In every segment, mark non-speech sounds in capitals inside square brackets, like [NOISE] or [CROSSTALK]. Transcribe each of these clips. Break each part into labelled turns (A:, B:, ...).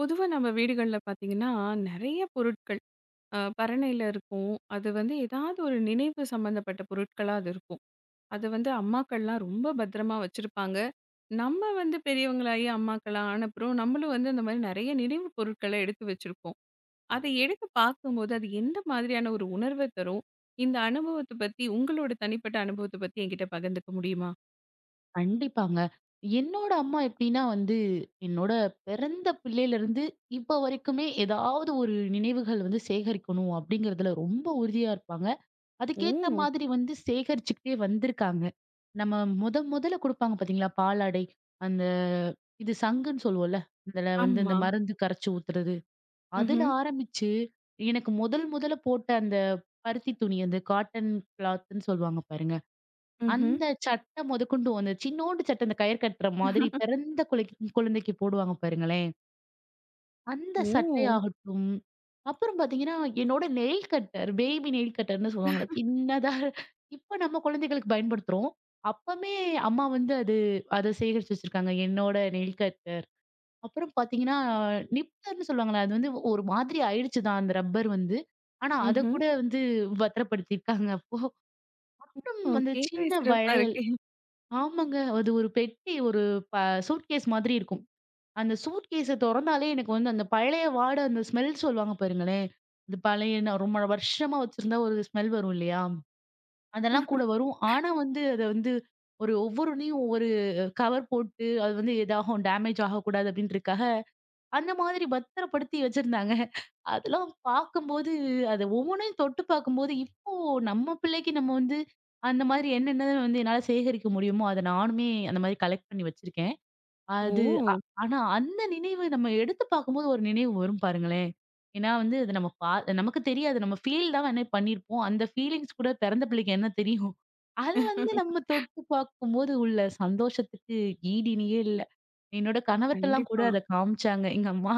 A: பொதுவா நம்ம வீடுகள்ல பார்த்தீங்கன்னா, நெறைய பொருட்கள் பரணையில இருக்கும். அது வந்து ஏதாவது ஒரு நினைவு சம்மந்தப்பட்ட பொருட்களா அது இருக்கும். அது வந்து அம்மாக்கள்லாம் ரொம்ப பத்திரமா வச்சிருப்பாங்க. நம்ம வந்து பெரியவங்களாகி அம்மாக்களா ஆனப்புறம், நம்மளும் வந்து அந்த மாரி நெறைய நினைவு பொருட்கள எடுத்து வச்சிருப்போம். அதை எடுத்து பார்க்கும்போது, அது எந்த மாதிரியான ஒரு உணர்வ தரும்? இந்த அனுபவத்த பத்தி உங்களோட தனிப்பட்ட அனுபவத்த பத்தி என்கிட்ட பகிர்ந்துக்க முடியுமா?
B: கண்டிப்பாங்க. என்னோட அம்மா எப்படின்னா வந்து, என்னோட பிறந்த பிள்ளையிலருந்து இப்ப வரைக்குமே ஏதாவது ஒரு நினைவுகள் வந்து சேகரிக்கணும் அப்படிங்கிறதுல ரொம்ப உறுதியா இருப்பாங்க. அதுக்கேத்த
A: ஓ!
B: மாதிரி வந்து சேகரிச்சுக்கிட்டே வந்திருக்காங்க. நம்ம முத முதல்ல குடுப்பாங்க பார்த்தீங்களா, பாலாடை. அந்த இது சங்குன்னு சொல்லுவோம்ல. இதுல வந்து இந்த
A: ஆமா.
B: மருந்து கரைச்சு ஊத்துறது. அதுல
A: ம்ஹ்ம்.
B: ஆரம்பிச்சு, எனக்கு முதல் முதல்ல போட்ட அந்த பருத்தி துணி, அந்த காட்டன் கிளாத்ன்னு சொல்லுவாங்க பாருங்க.
A: ம்ஹ்ம்.
B: அந்த சட்டை முதற்கொண்டு அந்த சின்னோண்டு சட்டை, இந்த கயிறு கட்டுற மாதிரி பிறந்த குழந்தைக்கு போடுவாங்க பாருங்களேன். அந்த
A: ஓ!
B: சட்டையாகட்டும், அப்புறம் பார்த்தீங்கன்னா, என்னோட நெயில் கட்டர், பேபி நெயில் கட்டர்ன்னு சொல்லுவாங்கல்ல, சின்னதா இப்ப நம்ம குழந்தைகளுக்கு பயன்படுத்துறோம். அப்பமே அம்மா வந்து அது அத சேகரிச்சு வச்சிருக்காங்க. என்னோட நெயில் கட்டர். அப்புறம் பார்த்தீங்கன்னா, நிப்பர்ன்னு சொல்லுவாங்கல்ல, அது வந்து ஒரு மாதிரி ஆயிடுச்சு தான் அந்த ரப்பர் வந்து. ஆனா, அத
A: ம்ஹ்ம்.
B: கூட வந்து பத்திரப்படுத்தியிருக்காங்க அப்போ. அப்புறம்
A: ஓ!
B: அந்த
A: கேட்கவே
B: சின்ன
A: சிறப்பா
B: வளையல்.
A: இருக்கே!
B: ஆமாங்க. அது ஒரு பெட்டி ஒரு ப சூட்கேஸ் மாதிரி இருக்கும். அந்த சூட்கேஸ தொறந்தாலே எனக்கு வந்து அந்த பழைய வாட அந்த ஸ்மெல் சொல்லுவாங்க பாருங்களேன். இந்த பழைய நான் ரொம்ப வருஷமா வச்சிருந்தா ஒரு ஸ்மெல் வரும் இல்லையா? அதெல்லாம் கூட வரும். ஆனா வந்து அத வந்து ஒரு ஒவ்வொருனையும் ஒவ்வொரு கவர் போட்டு அது வந்து எதாகும் டேமேஜ் ஆகக்கூடாது அப்டின்றதுக்காக, அந்த மாதிரி பத்திரப்படுத்தி வச்சிருந்தாங்க. அதெல்லாம் பார்க்கும்போது, அத ஒவ்வொன்னையும் தொட்டு பார்க்கும்போது, இப்போ நம்ம பிள்ளைக்கு நம்ம வந்து, அந்த மாதிரி என்னென்ன வந்து என்னால சேகரிக்க முடியுமோ, அத நானுமே அந்த மாதிரி கலெக்ட் பண்ணி வச்சிருக்கேன். அது அ
A: ஓ!
B: ஆனா அந்த நினைவு நம்ம எடுத்து பார்க்கும்போது ஒரு நினைவு வரும் பாருங்களேன். ஏன்னா வந்து அது நம்ம நமக்கு தெரியாது. நம்ம ஃபீல் தான் வேணா பண்ணியிருப்போம். அந்த ஃபீலிங்ஸ் கூட பிறந்த பிள்ளைக்கு என்ன தெரியும்? அது வந்து நம்ம தொட்டு பார்க்கும்போது உள்ள சந்தோஷத்துக்கு ஈடு இணையே இல்ல. என்னோட கணவர்ட்டலாம் கூட
A: கண்டிப்பா.
B: அத காமிச்சாங்க. எங்க அம்மா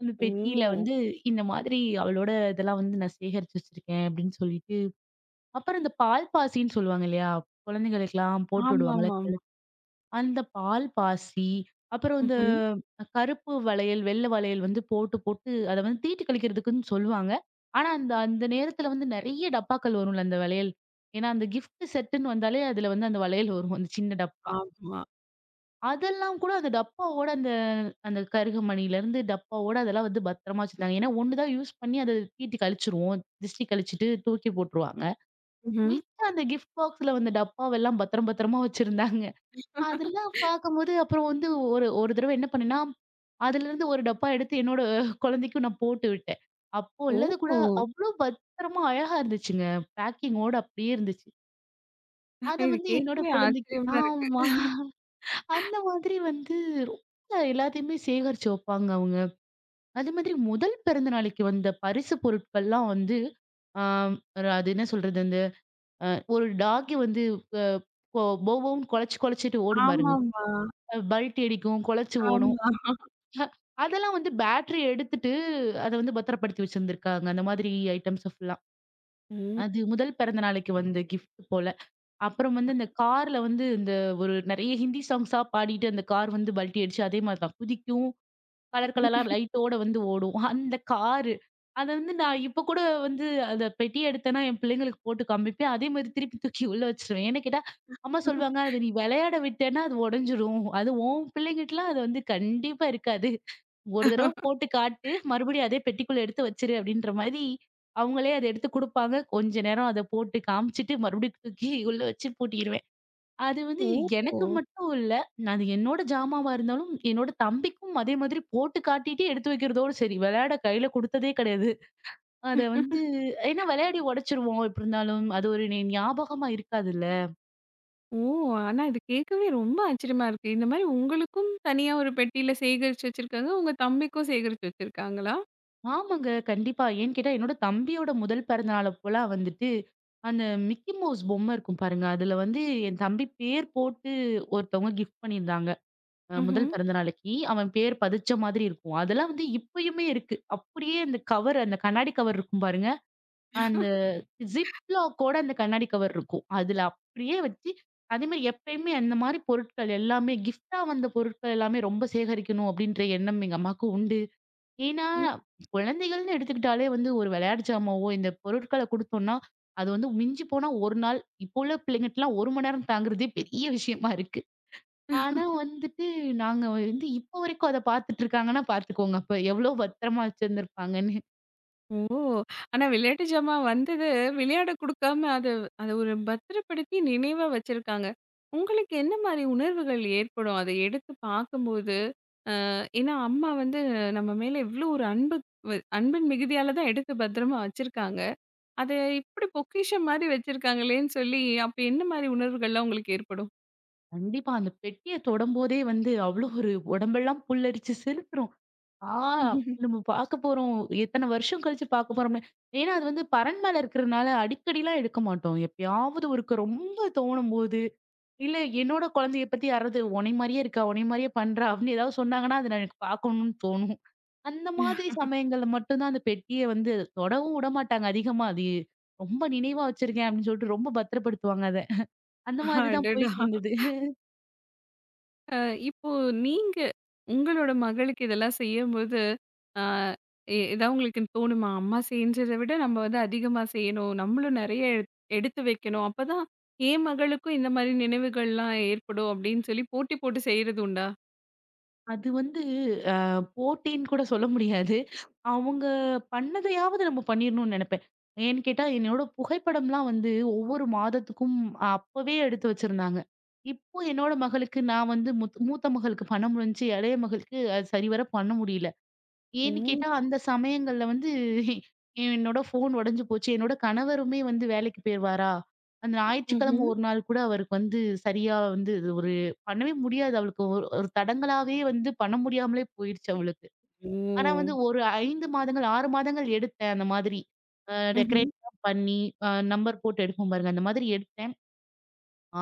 B: அந்த பெட்டியில
A: ஓ!
B: வந்து இந்த மாதிரி அவளோட இதெல்லாம் வந்து நான் சேகரிச்சு வச்சிருக்கேன் அப்படின்னு சொல்லிட்டு. அப்புறம் இந்த பால் பாசின்னு சொல்லுவாங்க இல்லையா? குழந்தைகளுக்கெல்லாம் போட்டு
A: ஆமாமாமா.
B: விடுவாங்கல்ல. அந்த பால் பாசி, அப்புறம் இந்த
A: ம்ஹ்ம்.
B: கருப்பு வளையல், வெள்ளை வளையல் வந்து போட்டு, போட்டு அத வந்து தீட்டு கழிக்கிறதுக்குன்னு சொல்லுவாங்க. ஆனா, அந்த அந்த நேரத்துல வந்து நெறைய டப்பாக்கள் வரும்ல அந்த வளையல். ஏன்னா, அந்த கிஃப்ட் செட்டுன்னு வந்தாலே அதுல வந்து அந்த வளையல் வரும். அந்த சின்ன டப்பா.
A: ஆமா.
B: அதெல்லாம் கூட அந்த டப்பாவோட அந்த அந்த கருகமணியிலருந்து டப்பாவோட அதெல்லாம் வந்து பத்திரமா வச்சிருந்தாங்க. ஏன்னா, 1 தான் யூஸ் பண்ணி அத தீட்டி கழிச்சுருவோம். திஷ்டி கழிச்சுட்டு தூக்கி போட்டுருவாங்க.
A: ம்ஹ்ம்.
B: மிச்சம் அந்த கிஃப்ட் பாக்ஸ்ல வந்த டப்பாவெல்லாம் பத்திரம், பத்திரமா வச்சிருந்தாங்க. அதெல்லாம் பார்க்கும்போது அப்புறம் வந்து ஒரு ஒரு தடவ என்ன பண்ணேன்னா, அதுலருந்து ஒரு டப்பா எடுத்து என்னோட குழந்தைக்கும் நான் போட்டு விட்டேன். அப்போ உள்ளது கூட
A: ஓஹோ!
B: அவ்ளோ பத்திரமா அழகா இருந்துச்சுங்க. பேக்கிங்கோட அப்படியே இருந்துச்சு. அத
A: இது
B: வந்து என்னோட
A: கேட்கவே
B: குழந்தைக்கு.
A: ஆச்சரியமா இருக்கு.
B: ஆமா. அந்த மாதிரி வந்து ரொம்ப எல்லாத்தையுமே சேகரிச்சு வைப்பாங்க அவங்க. அதே மாதிரி முதல் பிறந்த நாளைக்கு வந்த பரிசு பொருட்கள்லாம் வந்து, ஆ அது என்ன சொல்றது? அந்த அ ஒரு டாகி வந்து அ பொ பொ பொன்னு கொலைச்சு கொலைச்சிட்டு ஓடும் பாருங்க.
A: ஆமாமா.
B: பல்டி அடிக்கும், கொலைச்சு ஓடும்.
A: ஆமா.
B: அதெல்லாம் வந்து பேட்டரி எடுத்துட்டு, அத வந்து பத்திரப்படுத்தி வச்சிருந்திருக்காங்க. அந்த மாதிரி ஐட்டம்ஸ் ஃபுல்லா.
A: ம்.
B: அது முதல் பிறந்த நாளைக்கு வந்த கிஃப்ட் போல. அப்புறம் வந்து இந்த கார்ல வந்து இந்த ஒரு நெறைய ஹிந்தி சாங்ஸா பாடிட்டு அந்த கார் வந்து பல்டி அடிச்சு அதே மாரி தான் குதிக்கும். கலர் கலரா லைட்டோட வந்து ஓடும். [LAUGHS] அந்த காரு. அத வந்து நான் இப்ப கூட வந்து அத பெட்டி எடுத்தேன்னா, என் பிள்ளைங்களுக்கு போட்டு காமிப்பேன். அதே மாரி திருப்பி தூக்கி உள்ள வச்சுருவேன். ஏன்னு கேட்டா, அம்மா சொல்லுவாங்க, "அத நீ விளையாட விட்டேன்னா அது உடைஞ்சிரும். அது உன் பிள்ளைங்கட்டலாம் அது வந்து கண்டிப்பா இருக்காது." ஒரு தடவ போட்டு காட்டு, மறுபடியும் அதே பெட்டிக்குள்ள எடுத்து வச்சுரு அப்படின்ற மாரி, அவங்களே அத எடுத்து குடுப்பாங்க. கொஞ்ச நேரம் அத போட்டு காமிச்சுட்டு, மறுபடியும் தூக்கி உள்ள வச்சு பூட்டிருவேன். அது வந்து
A: ஓஹோ!
B: எனக்கு மட்டும் இல்ல, அது என்னோட ஜாமாவா இருந்தாலும், என்னோட தம்பிக்கும் அதே மாதிரி போட்டு காட்டிட்டு எடுத்து வைக்கிறதோடு சரி. விளையாட கையில குடுத்ததே கிடையாது. அத வந்து ஏன்னா விளையாடி உடைச்சுருவோம் எப்படி இருந்தாலும். அது ஒரு ஞாபகமா இருக்காதுல்ல.
A: ஓ! ஆனா இது கேட்கவே ரொம்ப ஆச்சரியமா இருக்கு. இந்த மாரி உங்களுக்கும் தனியா ஒரு பெட்டியில சேகரிச்சு வச்சிருக்காங்க. உங்க தம்பிக்கும் சேகரிச்சு வச்சிருக்காங்களா?
B: ஆமாங்க. கண்டிப்பா. ஏன்னு கேட்டா, என்னோட தம்பியோட முதல் பிறந்தநாள் அப்போலாம் வந்துட்டு, அந்த மிக்கி மவுஸ் பொம்மை இருக்கும் பாருங்க. அதுல வந்து என் தம்பி பேர் போட்டு ஒருத்தவங்க கிஃப்ட் பண்ணியிருந்தாங்க.
A: ம்ஹ்ம்.
B: முதல் பிறந்த நாளைக்கு. அவன் பேர் பதிச்ச மாதிரி இருக்கும். அதெல்லாம் வந்து இப்பயுமே இருக்கு. அப்படியே அந்த கவர் அந்த கண்ணாடி கவர் இருக்கும் பாருங்க. அந்த ஜிப்லாக்கோட அந்த கண்ணாடி கவர் இருக்கும். அதுல அப்படியே வச்சு அதேமாரி எப்பயுமே அந்த மாரி பொருட்கள் எல்லாமே கிஃப்ட்டா வந்த பொருட்கள் எல்லாமே ரொம்ப சேகரிக்கணும் அப்படின்ற எண்ணம் எங்க அம்மாவுக்கு உண்டு. ஏன்னா, குழந்தைகள்னு எடுத்துக்கிட்டாலே வந்து ஒரு விளையாட்டு ஜாமாவோ, இந்த பொருட்கள குடுத்தோம்னா, அது வந்து மிஞ்சி போனா 1 நாள். இப்போ உள்ள பிள்ளைங்கட்டலாம் 1 மணி நேரம் தாங்குறதே பெரிய விஷயமா இருக்கு. ஆனா வந்துட்டு, நாங்க வந்து இப்போ வரைக்கும் அத பார்த்துட்டு இருக்காங்கன்னா பார்த்துக்கோங்க. அப்ப எவ்ளோ பத்திரமா வச்சிருந்திருப்பாங்கன்னு.
A: ஓ! ஆனா விளையாட்டு ஜாமான் வந்தது விளையாட குடுக்காம அத அத ஒரு பத்திரப்படுத்தி நினைவா வச்சிருக்காங்க. உங்களுக்கு என்ன மாரி உணர்வுகள் ஏற்படும்? அத எடுத்து பார்க்கும்போது, ஏன்னா அம்மா வந்து நம்ம மேல இவ்ளோ ஒரு அன்பு வ அன்பின் மிகுதியால தான் எடுத்து பத்திரமா வச்சிருக்காங்க. அத இப்டி பொக்கிஷம் மாரி வச்சிருக்காங்களேன்னு சொல்லி, அப்ப என்ன மாரி உணர்வுகள்லாம் உங்களுக்கு ஏற்படும்?
B: கண்டிப்பா அந்த பெட்டிய தொடும்போதே வந்து அவ்ளோ ஒரு உடம்பெல்லாம் புல்லரிச்சு சிலுத்துரும். ஆ!
A: [LAUGHS]
B: நம்ம பார்க்க போறோம். எத்தன வருஷம் கழிச்சு பார்க்க போறோம்னு. ஏன்னா, அது வந்து பரண் மேல இருக்கிறனால அடிக்கடிலாம் எடுக்க மாட்டோம். எப்பயாவது ஒருக்க ரொம்ப தோணும்போது இல்ல என்னோட குழந்தைய பத்தி யாராவது உன்னை மாரியே இருக்கா, உன்னை மாரியே பண்றா அப்படின்னு ஏதாவது சொன்னாங்கன்னா, அது எனக்கு பார்க்கணும்னு தோணும். அந்த மாதிரி சமயங்கள்ல மட்டும் தான் அந்த பெட்டிய வந்து தொடவும் விடமாட்டாங்க அதிகமா. அது ரொம்ப நினைவா வச்சிருக்கேன் அப்படின்னு சொல்லிட்டு ரொம்ப பத்திரப்படுத்துவாங்க அத. அந்த மாதிரி தான்
A: அடடா!
B: போயிட்டு இருந்தது.
A: அ இப்போ நீங்க உங்களோட மகளுக்கு இதெல்லாம் செய்யும்போது, அ எ ஏதாவது உங்களுக்கு தோணுமா? அம்மா செஞ்சத விட நம்ம வந்து அதிகமா செய்யணும். நம்மளும் நெறைய எடுத்து வைக்கணும். அப்பதான் என் மகளுக்கும் இந்த மாரி நினைவுகள்லாம் ஏற்படும் அப்படின்னு சொல்லி போட்டி போட்டு செய்றது உண்டா?
B: அது வந்து அ போட்டின்னு கூட சொல்ல முடியாது. அவங்க பண்ணதையாவது நம்ம பண்ணிரணும்னு நெனப்பேன். ஏன்னு கேட்டா, என்னோட புகைப்படம்லாம் வந்து ஒவ்வொரு மாதத்துக்கும் அப்பவே எடுத்து வச்சிருந்தாங்க. இப்போ என்னோட மகளுக்கு நான் வந்து மூத்த மகளுக்கு பண்ண முடிஞ்சுச்சு. இளைய மகளுக்கு அது சரிவர பண்ண முடியல.
A: ஓ!
B: ஏன்னு கேட்டா, அந்த சமயங்கள்ல வந்து என்னோட ஃபோன் உடைஞ்சு போச்சு. என்னோட கணவருமே வந்து வேலைக்கு போயிருவாரா, அந்த ஞாயிற்றுக்கிழமை
A: ம்ஹ்ம்.
B: ஒரு நாள் கூட அவருக்கு வந்து சரியா வந்து இது ஒரு பண்ணவே முடியாது. அவளுக்கு ஒரு ஒரு தடங்கலாவே வந்து பண்ண முடியாமலே போயிருச்சு அவளுக்கு. ஆனா
A: ஓ!
B: வந்து ஒரு 5 மாதங்கள், 6 மாதங்கள் எடுத்தேன் அந்த மாதிரி.
A: ம்ஹ்ம்.
B: டெக்கரேட்லாம் பண்ணி, நம்பர் போட்டு எடுப்போம் பாருங்க, அந்த மாதிரி எடுத்தேன்.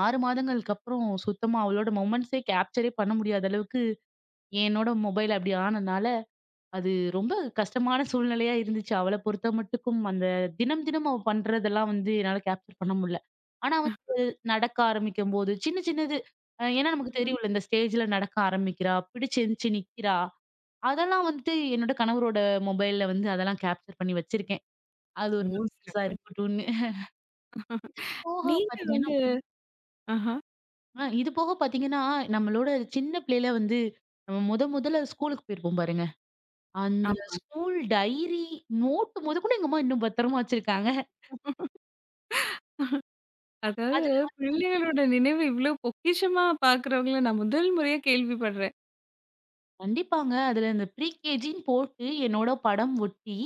B: 6 மாதங்களுக்கு அப்புறம் சுத்தமா அவளோட மொமெண்ட்ஸே கேப்சரே பண்ண முடியாத அளவுக்கு என்னோட மொபைல் அப்படி ஆனனால அது ரொம்ப கஷ்டமான சூழ்நிலையா இருந்துச்சு. அவள பொறுத்த மட்டுக்கும் அந்த தினம், தினம் அவ பண்றதெல்லாம் வந்து என்னால கேப்சர் பண்ண முடியல. ஆனா வந்து நடக்க ஆரம்பிக்கும்போது சின்ன சின்னது ஏன்னா நமக்கு
A: ம்.
B: தெரியும்ல இந்த ஸ்டேஜ்ல நடக்க ஆரம்பிக்கிறா, பிடிச்சு எந்திச்சு நிக்கிறா. அதெல்லாம் வந்துட்டு என்னோட கணவரோட மொபைல்ல வந்து அதெல்லாம் கேப்சர் பண்ணி வச்சிருக்கேன். அது
A: ஓ!
B: ஒரு மெமரீஸா
A: சிறப்பு.
B: இருக்கட்டும்ன்னு. இது போக
A: நீங்க
B: பார்த்தீங்கன்னா
A: வந்து ஆஹா.
B: அ இது போக பார்த்தீங்கன்னா, நம்மளோட சின்ன பிள்ளையில வந்து நம்ம முத முதல்ல ஸ்கூலுக்கு போயிருப்போம் பாருங்க. அந்த
A: ஆமா.
B: ஸ்கூல் டைரி, நோட்டு மொதக்கொண்டு எங்க அம்மா இன்னும் பத்திரமா வச்சிருக்காங்க.
A: அதாவது
B: அதுல
A: பிள்ளைகளோட நினைவு இவ்ளோ பொக்கிஷமா பார்க்குறவங்கள நான் முதல் முறையா கேள்விப்படுறேன்.
B: கண்டிப்பாங்க. அதுல இந்த ப்ரீகேஜின்னு போட்டு என்னோட படம் ஒட்டி,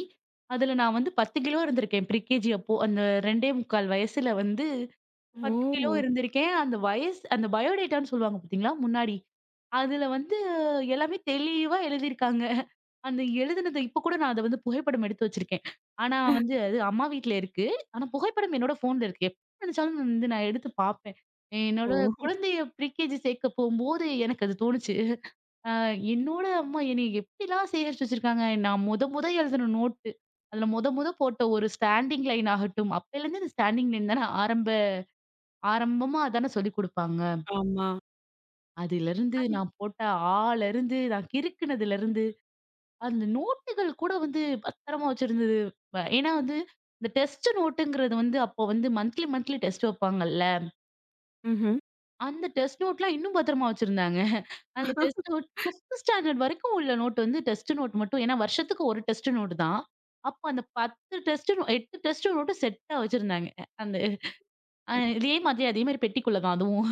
B: அதுல நான் வந்து 10 கிலோ இருந்திருக்கேன். ப்ரீகேஜி அப்போ. அந்த 2 1/4 வயசுல வந்து 10 கிலோ
A: ஓ!
B: இருந்திருக்கேன். அந்த வயசு அந்த பயோடேட்டான்னு சொல்லுவாங்க பார்த்தீங்களா? முன்னாடி. அதுல வந்து எல்லாமே தெளிவா எழுதியிருக்காங்க. அந்த எழுதுனது இப்ப கூட நான் அத வந்து புகைப்படம் எடுத்து வச்சிருக்கேன். ஆனா வந்து அது அம்மா வீட்ல இருக்கு. ஆனா புகைப்படம் என்னோட ஃபோன்ல இருக்கு. எப்ப நெனச்சாலும் வந்து நான் எடுத்து பாப்பேன். என்னோட
A: ஓ!
B: குழந்தைய ப்ரீகேஜி சேர்க்க போம்போது எனக்கு அது தோணுச்சு. அ என்னோட அம்மா என்னைய எப்படிலாம் சேகரிச்சு வச்சிருக்காங்க. நான் மொத மொத எழுதுன நோட்டு. அதுல மொத மொத போட்ட ஒரு ஸ்டாண்டிங் லைன் ஆகட்டும். அப்பைலருந்து இந்த ஸ்டாண்டிங் லைன் தானே ஆரம்பமா அதானே சொல்லிக் குடுப்பாங்க.
A: ஆமா.
B: அதிலிருந்து நான் போட்ட ஆலருந்து நான் கிறுக்குனதுலருந்து அந்த நோட்டுகள் கூட வந்து பத்திரமா வச்சிருந்தது. ஏன்னா வந்து, இந்த டெஸ்ட் நோட்டுங்கிறது வந்து அப்போ வந்து மந்த்லி மந்த்லி டெஸ்ட் வைப்பாங்கல்ல.
A: ம்ஹ்ம்.
B: அந்த டெஸ்ட் நோட்லாம் இன்னும் பத்திரமா வச்சிருந்தாங்க. அந்த டெஸ்ட் நோட் 5த் ஸ்டாண்டர்ட் வரைக்கும் உள்ள நோட் வந்து டெஸ்ட் நோட் மட்டும். ஏன்னா வருஷத்துக்கு ஒரு டெஸ்ட் நோட்டு தான். அப்போ அந்த 10 டெஸ்ட், 8 டெஸ்ட் நோட்டு செட்டா வச்சிருந்தாங்க. அந்த இதே மாதிரி அதே மாதிரி பெட்டிக்குள்ள தான் அதுவும்.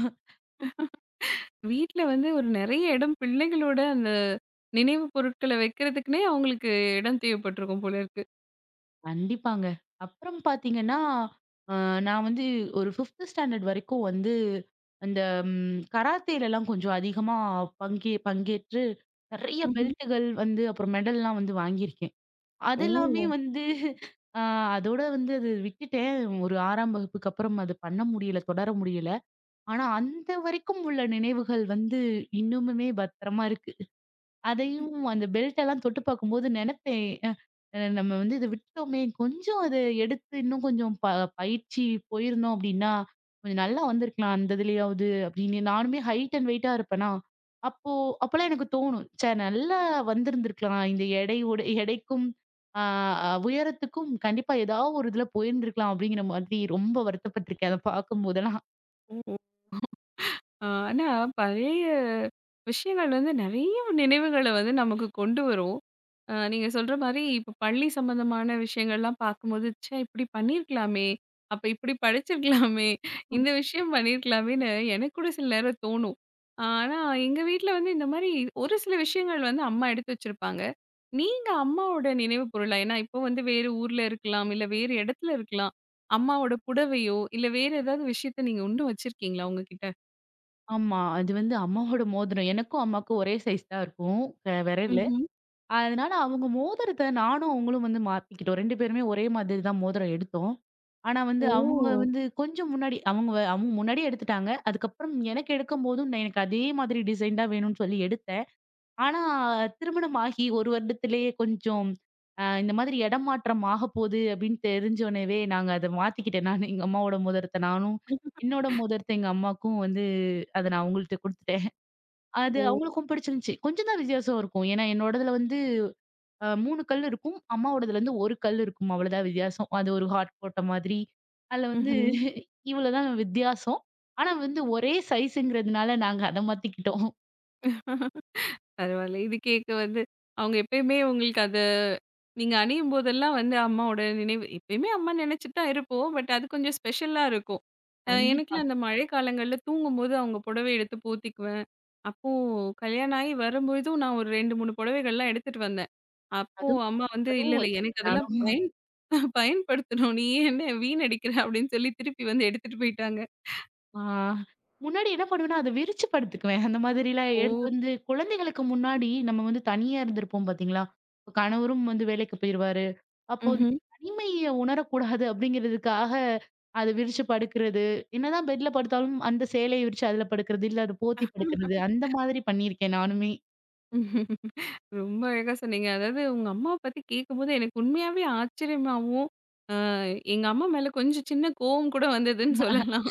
A: வீட்ல வந்து ஒரு நெறைய இடம் பிள்ளைகளோட அந்த நினைவு பொருட்கள வைக்கிறதுக்குன்னே அவங்களுக்கு இடம் தேவைப்பட்டுருக்கும் போல இருக்கு.
B: கண்டிப்பாங்க. அப்புறம் பாத்தீங்கன்னா, அ நான் வந்து ஒரு 5த் ஸ்டாண்டர்ட் வரைக்கும் வந்து அந்த கராத்தேலலாம் கொஞ்சம் அதிகமா பங்கேற்று நெறைய
A: ம்ஹ்ம்.
B: பெல்ட்டுகள் வந்து அப்புறம் மெடல்லாம் வந்து வாங்கியிருக்கேன். அதெல்லாமே
A: ஓ!
B: ம். வந்து அ அதோட வந்து அது விட்டுட்டேன். ஒரு 6ஆம் வகுப்புக்கு அப்புறம் அது பண்ண முடியல, தொடர முடியல. ஆனா அந்த வரைக்கும் உள்ள நினைவுகள் வந்து இன்னமுமே பத்திரமா இருக்கு. அதையும் அந்த பெல்ட் எல்லாம் தொட்டு பார்க்கும்போது நெனப்பேன், அ அ நம்ம வந்து இத விட்டோமே! கொஞ்சம் அத எடுத்து இன்னும் கொஞ்சம் பயிற்சி போயிருந்தோம் அப்டின்னா, கொஞ்சம் நல்லா வந்திருக்கலாம் அந்த இதுலயாவது அப்டின்னு நானுமே ஹைட் அண்ட் வெயிட்டா இருப்பேனா, அப்போ அப்பலாம் எனக்கு தோணும். ச்சே! நல்லா வந்திருந்திருக்கலாம். இந்த எடையோட எடைக்கும் ஆ அ உயரத்துக்கும் கண்டிப்பா ஏதாவது ஒரு இதுல போயிருந்திருக்கலாம் அப்டிங்கிற மாதிரி ரொம்ப வருத்தப்பட்டுருக்கேன். அத பார்க்கும்போதெல்லாம்.
A: ஓ! ஆ, ஆனா பழைய விஷயங்கள் வந்து நெறைய நினைவுகள வந்து நமக்கு கொண்டு வரும். நீங்க சொல்ற மாரி இப்ப பள்ளி சம்மந்தமான விஷயங்கள்லாம் பார்க்கும்போது, ச்சே! இப்படி பண்ணியிருக்கலாமே! அப்ப இப்படி படிச்சிருக்கலாமே! இந்த விஷயம் பண்ணியிருக்கலாமேன்னு எனக்கு கூட சில நேரம் தோணும். ஆ, ஆனா எங்க வீட்ல வந்து இந்த மாரி ஒரு சில விஷயங்கள் வந்து அம்மா எடுத்து வச்சிருப்பாங்க. நீங்க அம்மாவோட நினைவு பொருளா? ஏன்னா இப்போ வந்து வேறு ஊர்ல இருக்கலாம், இல்ல வேறு இடத்துல இருக்கலாம். அம்மாவோட புடவையோ, இல்ல வேற ஏதாவது விஷயத்த நீங்க இன்னும் வச்சிருக்கீங்களா உங்ககிட்ட?
B: ஆமா. அது வந்து அம்மாவோட மோதிரம். எனக்கும் அம்மாவுக்கும் ஒரே சைஸ் தான் இருக்கும். விரல் அதனால அவங்க மோதிரத்த நானும் அவங்களும் வந்து மாத்திக்கிட்டோம். 2 பேருமே ஒரே மாதிரி தான் மோதிரம் எடுத்தோம். ஆனா வந்து அவங்க ஓ!
A: ஓ!
B: வந்து கொஞ்சம் முன்னாடி அவங்க முன்னாடியே எடுத்துட்டாங்க. அதுக்கப்புறம் எனக்கு எடுக்கும்போதும் நான் எனக்கு அதே மாதிரி டிசைன் தான் வேணும்னு சொல்லி எடுத்தேன். ஆனா திருமணம் ஆகி 1 வருடத்திலேயே கொஞ்சம் இந்த மாதிரி இடமாற்றம் ஆகப்போது அப்படின்னு தெரிஞ்சோனவே நாங்க அத மாத்திக்கிட்டேன். நானு எங்க அம்மாவோட மோதிரத்த நானும், என்னோட மோதிரத்த எங்க அம்மாக்கும் வந்து அத நான் அவங்கள்ட்ட குடுத்துட்டேன். அது
A: ஓ!
B: அவங்களுக்கும் பிடிச்சிருந்துச்சு. கொஞ்சம் தான் வித்தியாசம் இருக்கும். ஏன்னா என்னோடதுல வந்து 3 கல் இருக்கும். அம்மாவோடதுலருந்து 1 கல் இருக்கும். அவ்வளோதான் வித்தியாசம். அது ஒரு ஹாட் போட்ட மாதிரி. அதுல வந்து
A: ம்ஹ்ம்.
B: இவ்வளோதான் வித்தியாசம். ஆனா வந்து ஒரே சைஸ்ங்கிறதுனால நாங்க அத மாத்திக்கிட்டோம்.
A: பரவால்ல. இது கேட்க வந்து அவங்க எப்பயுமே உங்களுக்கு அது நீங்க அணியும்போதெல்லாம் வந்து அம்மாவோட நினைவு எப்பயுமே அம்மா நினைச்சுட்டு தான் இருப்போம். பட் அது கொஞ்சம் ஸ்பெஷலா இருக்கும்.
B: கண்டிப்பா.
A: எனக்குலாம் அந்த மழை காலங்கள்ல தூங்கும்போது அவங்க புடவ எடுத்து போத்திக்குவேன். அப்போ கல்யாணம் ஆகி வரும்பொழுதும் நான் ஒரு 2, 3 புடவைகள்லாம் எடுத்துட்டு வந்தேன். அப்போ
B: அதுவும்
A: அம்மா வந்து "இல்ல,
B: அதுவும்
A: இல்ல எனக்கு
B: வச்சிருக்கேன்
A: அதெல்லாம்
B: நானும்.
A: பயன் பயன்படுத்தணும். நீ என்ன வீணடிக்கிற" அப்படின்னு சொல்லி திருப்பி வந்து எடுத்துட்டு போயிட்டாங்க.
B: ஆ முன்னாடி என்ன பண்ணுவேன்னா, அத விரிச்சு படுத்துக்குவேன். அந்த மாதிரிலாம்
A: ஓ!
B: எடுத்து வந்து குழந்தைகளுக்கு முன்னாடி நம்ம வந்து தனியா இருந்திருப்போம் பாத்தீங்களா? இப்ப கணவரும் வந்து வேலைக்கு போயிருவாரு. அப்போ இந்த தனிமைய உணரக்கூடாது அப்படிங்கிறதுக்காக, அத விரிச்சு படுக்கிறது, என்னதான் பெட்ல படுத்தாலும் அந்த சேலைய விரிச்சு அதுல படுக்கிறது, இல்ல அத போத்தி படுக்கிறது,
A: ம்ஹ்ம்.
B: அந்த மாதிரி பண்ணியிருக்கேன் நானுமே.
A: ரொம்ப அழகா சொன்னீங்க. அதாவது உங்க அம்மாவ பத்தி கேட்கும்போது எனக்கு உண்மையாவே ஆச்சரியமாவும், அ எங்க அம்மா மேல கொஞ்சம் சின்ன கோவம் கூட வந்ததுன்னு சொல்லலாம்.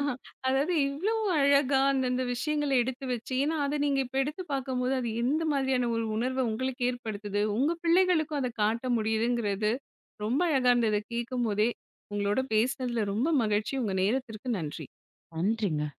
A: ஆஹ் அதாவது இவ்ளோ அழகா அந்தந்த விஷயங்கள எடுத்து வச்சு ஏன்னா அத நீங்க இப்ப எடுத்து பார்க்கும்போது, அது எந்த மாதிரியான ஒரு உணர்வ உங்களுக்கு ஏற்படுத்துது? உங்க பிள்ளைகளுக்கும் அத காட்ட முடியுதுங்கிறது ரொம்ப அழகா இருந்தது கேட்கும்போதே. உங்களோட பேசினதுல ரொம்ப மகிழ்ச்சி. உங்க நேரத்திற்கு நன்றி.
B: நன்றிங்க.